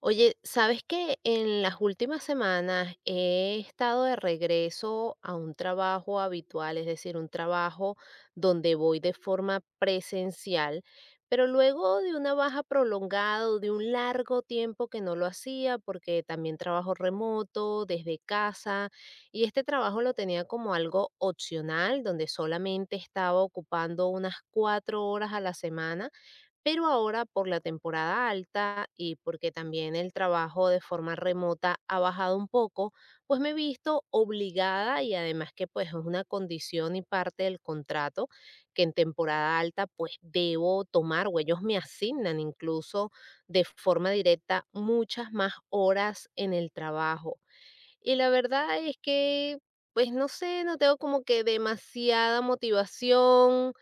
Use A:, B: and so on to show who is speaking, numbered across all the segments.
A: Oye, ¿sabes que en las últimas semanas he estado de regreso a un trabajo habitual, es decir, un trabajo donde voy de forma presencial, pero luego de una baja prolongada, o de un largo tiempo que no lo hacía, porque también trabajo remoto, desde casa, y este trabajo lo tenía como algo opcional, donde solamente estaba ocupando unas 4 horas a la semana pero ahora por la temporada alta y porque también el trabajo de forma remota ha bajado un poco, pues me he visto obligada y además que pues es una condición y parte del contrato que en temporada alta pues debo tomar o ellos me asignan incluso de forma directa muchas más horas en el trabajo. Y la verdad es que, pues, no sé, no tengo como que demasiada motivación,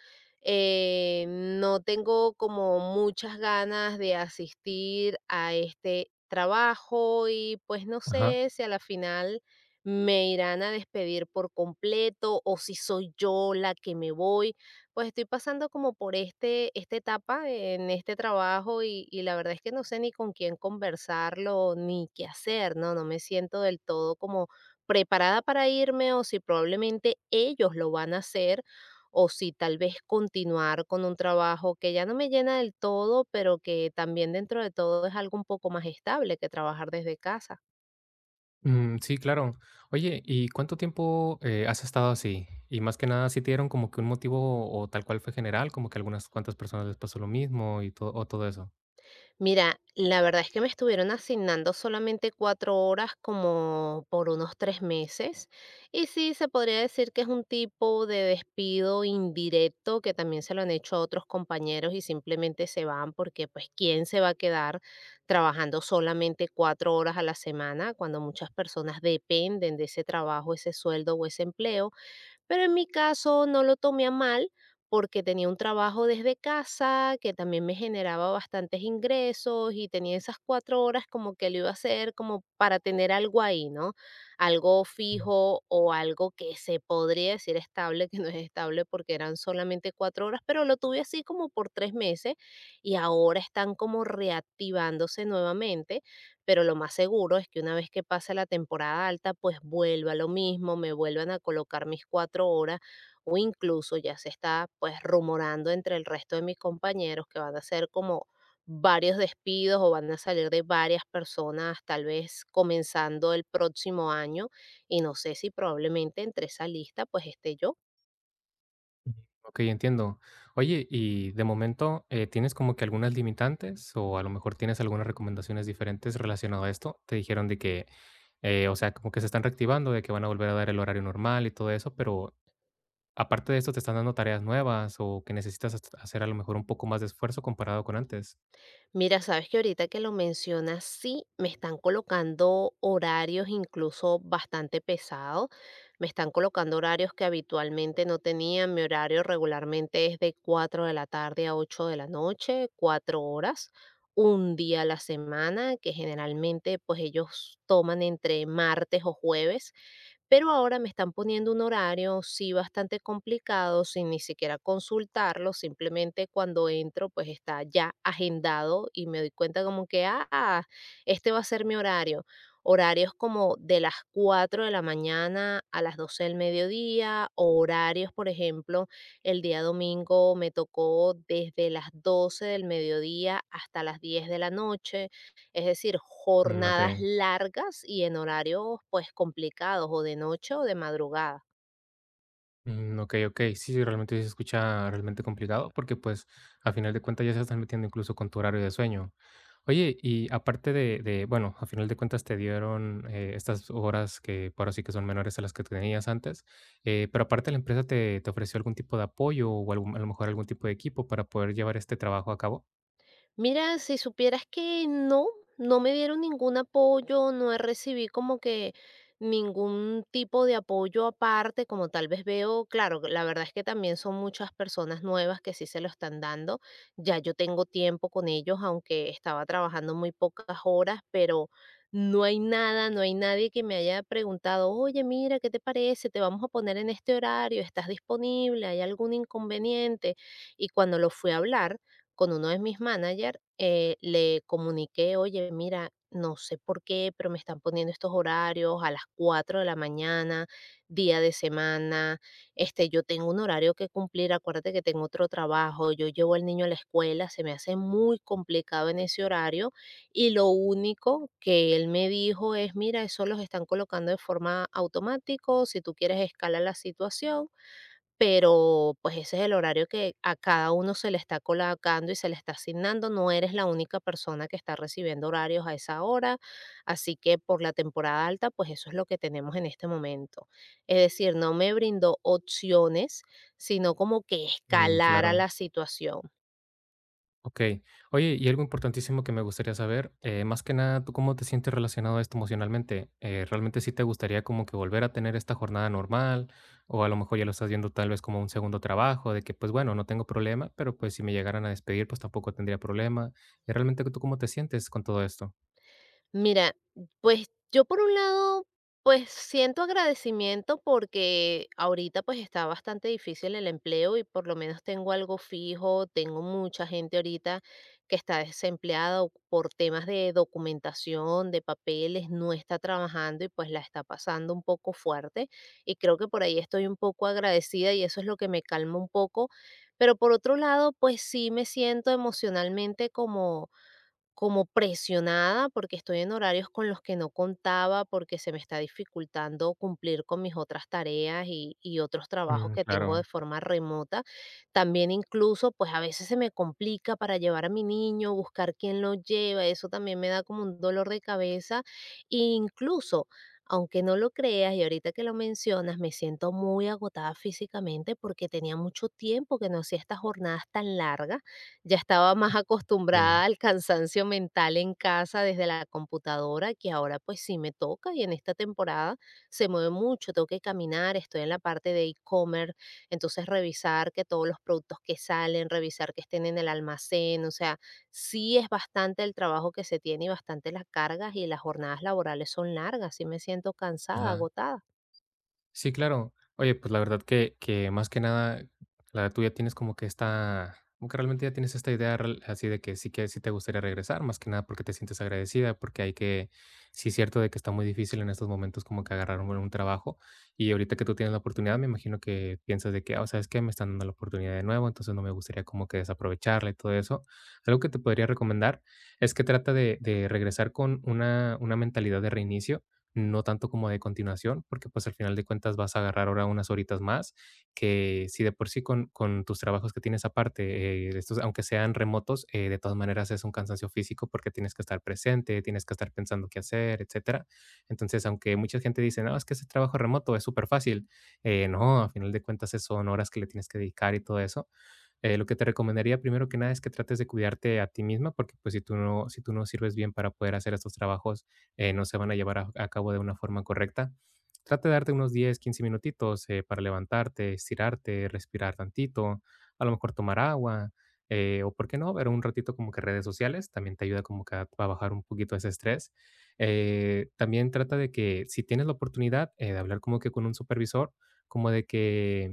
A: no tengo como muchas ganas de asistir a este trabajo y, pues, no
B: Ajá.
A: sé si a la final me irán a despedir por completo o si soy yo la que me voy. Pues estoy pasando como por esta etapa en este trabajo y la verdad es que no sé ni con quién conversarlo ni qué hacer, ¿no? No me siento del todo como preparada para irme o si probablemente ellos lo van a hacer o si tal vez continuar con un trabajo que ya no me llena del todo, pero que también dentro de todo es algo un poco más estable que trabajar desde casa.
B: Mm, sí, claro. Oye, ¿y cuánto tiempo, has estado así? Y más que nada, ¿si te dieron como que un motivo o tal cual fue general, como que algunas cuantas personas les pasó lo mismo y todo o todo eso?
A: Mira, la verdad es que me estuvieron asignando solamente 4 horas como por unos 3 meses. Y sí, se podría decir que es un tipo de despido indirecto que también se lo han hecho a otros compañeros y simplemente se van porque pues ¿quién se va a quedar trabajando solamente cuatro horas a la semana cuando muchas personas dependen de ese trabajo, ese sueldo o ese empleo? Pero en mi caso no lo tomé a mal porque tenía un trabajo desde casa que también me generaba bastantes ingresos y tenía esas 4 horas como que lo iba a hacer como para tener algo ahí, ¿no? Algo
B: Mm,
A: fijo o algo que se podría decir estable, que no es estable porque eran solamente cuatro horas, pero lo tuve así como por 3 meses y ahora están como reactivándose nuevamente pero lo más seguro es que una vez que pase la temporada alta, pues vuelva lo mismo, me vuelvan a colocar mis 4 horas o incluso ya se está pues rumorando entre el resto de mis compañeros que van a ser como varios despidos o van a salir de varias personas tal vez comenzando el próximo año y no sé si probablemente entre esa lista pues esté yo.
B: okey, entiendo. Oye, y de momento, ¿tienes como que algunas limitantes o a lo mejor tienes algunas recomendaciones diferentes relacionado a esto? Te dijeron de que, o sea, como que se están reactivando, de que van a volver a dar el horario normal y todo eso, pero aparte de esto, ¿te están dando tareas nuevas o que necesitas hacer a lo mejor un poco más de esfuerzo comparado con antes?
A: Mira, sabes que ahorita que lo mencionas, sí, me están colocando horarios incluso bastante pesados. Me están colocando horarios que habitualmente no tenía. Mi horario regularmente es de 4 de la tarde a 8 de la noche, 4 horas, un día a la semana, que generalmente pues ellos toman entre martes o jueves. Pero ahora me están poniendo un horario, sí, bastante complicado, sin ni siquiera consultarlo, simplemente cuando entro, pues está ya agendado y me doy cuenta como que, ah, este va a ser mi horario. Horarios como de las 4 de la mañana a las 12 del mediodía, o horarios, por ejemplo, el día domingo me tocó desde las 12 del mediodía hasta las 10 de la noche. Es decir,
B: Mm,
A: jornadas
B: okey.
A: largas y en horarios pues complicados o de noche o de madrugada.
B: Mm, okey, okey. Sí, sí, realmente sí se escucha realmente complicado, porque, pues, a final de cuentas ya se están metiendo incluso con tu horario de sueño. Oye, y aparte de, bueno, a final de cuentas te dieron, estas horas que ahora sí que son menores a las que tenías antes, pero aparte la empresa te ofreció algún tipo de apoyo o algún a lo mejor algún tipo de equipo para poder llevar este trabajo a cabo.
A: Mira, si supieras que no, no me dieron ningún apoyo, no recibí como que ningún tipo de apoyo aparte, como tal vez veo, claro, la verdad es que también son muchas personas nuevas que sí se lo están dando. Ya yo tengo tiempo con ellos, aunque estaba trabajando muy pocas horas, pero no hay nada, no hay nadie que me haya preguntado, oye, mira, ¿qué te parece? Te vamos a poner en este horario, ¿estás disponible? ¿Hay algún inconveniente? Y cuando lo fui a hablar, con uno de mis managers, le comuniqué, oye, mira, no sé por qué, pero me están poniendo estos horarios a las 4 de la mañana, día de semana, este, yo tengo un horario que cumplir, acuérdate que tengo otro trabajo, yo llevo al niño a la escuela, se me hace muy complicado en ese horario y lo único que él me dijo es, mira, eso los están colocando de forma automática, si tú quieres escalar la situación pero pues ese es el horario que a cada uno se le está colocando y se le está asignando. No eres la única persona que está recibiendo horarios a esa hora, así que por la temporada alta, pues eso es lo que tenemos en este momento. Es decir, no me brindó opciones, sino como que
B: Mm,
A: escalara
B: claro.
A: la situación.
B: Okey. Oye, y algo importantísimo que me gustaría saber, más que nada, ¿tú cómo te sientes relacionado a esto emocionalmente? ¿Realmente sí te gustaría como que volver a tener esta jornada normal? O a lo mejor ya lo estás viendo tal vez como un segundo trabajo, de que, pues, bueno, no tengo problema, pero, pues, si me llegaran a despedir, pues, tampoco tendría problema. Y realmente, ¿tú cómo te sientes con todo esto?
A: Mira, pues yo por un lado, pues siento agradecimiento porque ahorita pues está bastante difícil el empleo y por lo menos tengo algo fijo, tengo mucha gente ahorita que está desempleada o por temas de documentación, de papeles, no está trabajando y pues la está pasando un poco fuerte y creo que por ahí estoy un poco agradecida y eso es lo que me calma un poco, pero por otro lado, pues sí me siento emocionalmente como como presionada porque estoy en horarios con los que no contaba, porque se me está dificultando cumplir con mis otras tareas y otros trabajos
B: Mm,
A: que tengo de
B: claro.
A: forma remota. También incluso, pues a veces se me complica para llevar a mi niño, buscar quién lo lleva, eso también me da como un dolor de cabeza. E incluso, aunque no lo creas y ahorita que lo mencionas, me siento muy agotada físicamente porque tenía mucho tiempo que no hacía estas jornadas tan largas ya estaba más acostumbrada
B: Sí.
A: al cansancio mental en casa desde la computadora, que ahora pues sí me toca y en esta temporada se mueve mucho, tengo que caminar, estoy en la parte de e-commerce, entonces revisar que todos los productos que salen, revisar que estén en el almacén, o sea, sí es bastante el trabajo que se tiene y bastante las cargas y las jornadas laborales son largas, sí me siento cansada,
B: Ajá.
A: agotada.
B: Sí, claro. Oye, pues la verdad que más que nada, la verdad tú ya tienes como que esta como que realmente ya tienes esta idea rel así de que sí te gustaría regresar, más que nada porque te sientes agradecida, porque hay que sí es cierto de que está muy difícil en estos momentos como que agarrar un trabajo, y ahorita que tú tienes la oportunidad, me imagino que piensas de que: "Ah, ¿sabes que Me están dando la oportunidad de nuevo, entonces no me gustaría como que desaprovecharla", y todo eso. Algo que te podría recomendar es que trata de regresar con una mentalidad de reinicio, no tanto como de continuación, porque pues al final de cuentas vas a agarrar ahora unas horitas más, que si de por sí con tus trabajos que tienes aparte, estos, aunque sean remotos, de todas maneras es un cansancio físico porque tienes que estar presente, tienes que estar pensando qué hacer, etcétera. Entonces, aunque mucha gente dice, no, es que ese trabajo remoto es súper fácil, no, al final de cuentas son horas que le tienes que dedicar y todo eso. Lo que te recomendaría primero que nada es que trates de cuidarte a ti misma, porque pues si tú no sirves bien para poder hacer estos trabajos, no se van a llevar a cabo de una forma correcta. Trata de darte unos 10 15 minutitos para levantarte, estirarte, respirar tantito, a lo mejor tomar agua, o por qué no, ver un ratito como que redes sociales, también te ayuda como que a bajar un poquito ese estrés. También trata de que si tienes la oportunidad de hablar como que con un supervisor, como de que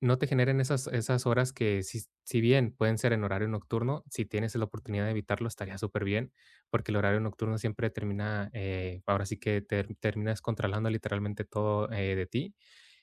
B: no te generen esas horas que si bien pueden ser en horario nocturno, si tienes la oportunidad de evitarlo, estaría súper bien porque el horario nocturno siempre termina, ahora sí que terminas controlando literalmente todo, de ti.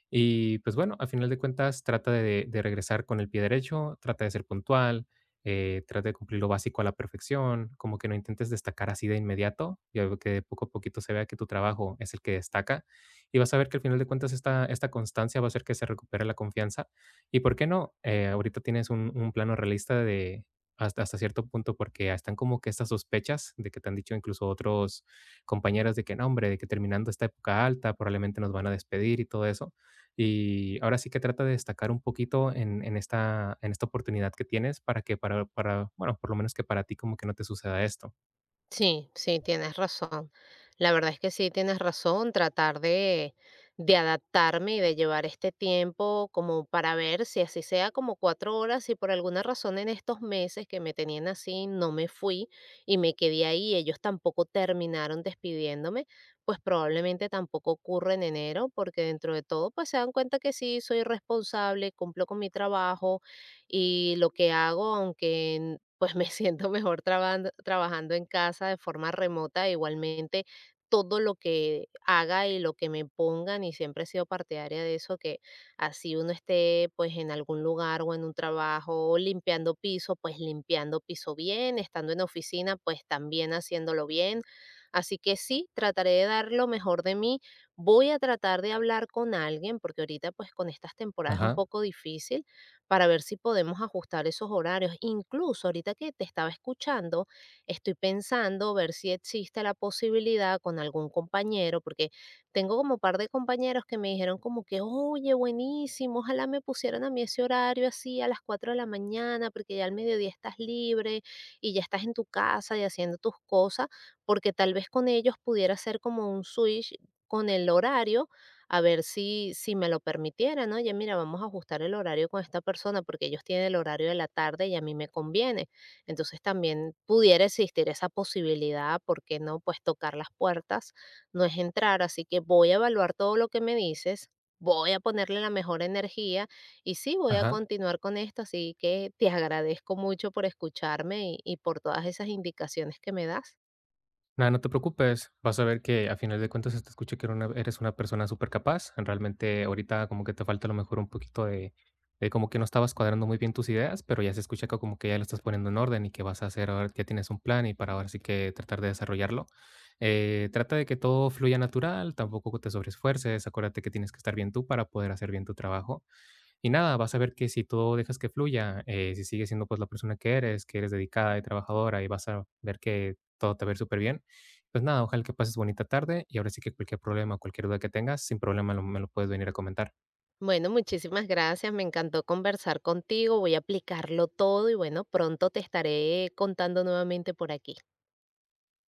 B: Y pues bueno, al final de cuentas trata de regresar con el pie derecho, trata de ser puntual, trata de cumplir lo básico a la perfección, como que no intentes destacar así de inmediato, y algo que de poco a poquito se vea que tu trabajo es el que destaca. Y vas a ver que al final de cuentas esta constancia va a hacer que se recupere la confianza. Y por qué no, ahorita tienes un plano realista de hasta cierto punto, porque están como que estas sospechas de que te han dicho incluso otros compañeros de que no, hombre, de que terminando esta época alta probablemente nos van a despedir y todo eso y ahora sí que trata de destacar un poquito en esta oportunidad que tienes para bueno, por lo menos que para ti como que no te suceda esto.
A: Sí, sí, tienes razón. La verdad es que sí, tienes razón, tratar de adaptarme y de llevar este tiempo como para ver si así sea como 4 horas, si por alguna razón en estos meses que me tenían así no me fui y me quedé ahí, ellos tampoco terminaron despidiéndome, pues probablemente tampoco ocurra en enero, porque dentro de todo pues se dan cuenta que sí, soy responsable, cumplo con mi trabajo y lo que hago, aunque pues me siento mejor trabajando en casa de forma remota. Igualmente, todo lo que haga y lo que me pongan, y siempre he sido partidaria de eso, que así uno esté pues en algún lugar o en un trabajo limpiando piso, pues limpiando piso bien, estando en oficina, pues también haciéndolo bien. Así que sí, trataré de dar lo mejor de mí. Voy a tratar de hablar con alguien, porque ahorita pues con estas temporadas es un
B: Ajá,
A: poco difícil para ver si podemos ajustar esos horarios. Incluso ahorita que te estaba escuchando, estoy pensando ver si existe la posibilidad con algún compañero, porque tengo como un par de compañeros que me dijeron como que, oye, buenísimo, ojalá me pusieran a mí ese horario así a las 4 de la mañana, porque ya al mediodía estás libre y ya estás en tu casa y haciendo tus cosas, porque tal vez con ellos pudiera ser como un switch con el horario a ver si, si me lo permitiera, ¿no? oye, mira, vamos a ajustar el horario con esta persona porque ellos tienen el horario de la tarde y a mí me conviene. Entonces también pudiera existir esa posibilidad, ¿por qué no? Pues tocar las puertas no es entrar, así que voy a evaluar todo lo que me dices. Voy a ponerle la mejor energía y sí, voy a
B: ajá.
A: continuar con esto, así que te agradezco mucho por escucharme y por todas esas indicaciones que me das.
B: Nada, no te preocupes, vas a ver que a final de cuentas se te escucha que eres una persona súper capaz. Realmente ahorita como que te falta a lo mejor un poquito de como que no estabas cuadrando muy bien tus ideas, pero ya se escucha que como que ya lo estás poniendo en orden y que vas a hacer, ahora ya tienes un plan y para ahora sí que tratar de desarrollarlo. Trata de que todo fluya natural, tampoco te sobreesfuerces, acuérdate que tienes que estar bien tú para poder hacer bien tu trabajo. Y nada, vas a ver que si tú dejas que fluya, si sigues siendo pues la persona que eres dedicada y trabajadora y vas a ver que todo te va a ir súper bien. Pues nada, ojalá que pases bonita tarde y ahora sí que cualquier problema, cualquier duda que tengas, sin problema me lo puedes venir a comentar.
A: Bueno, muchísimas gracias. Me encantó conversar contigo. Voy a aplicarlo todo y bueno, pronto te estaré contando nuevamente por aquí.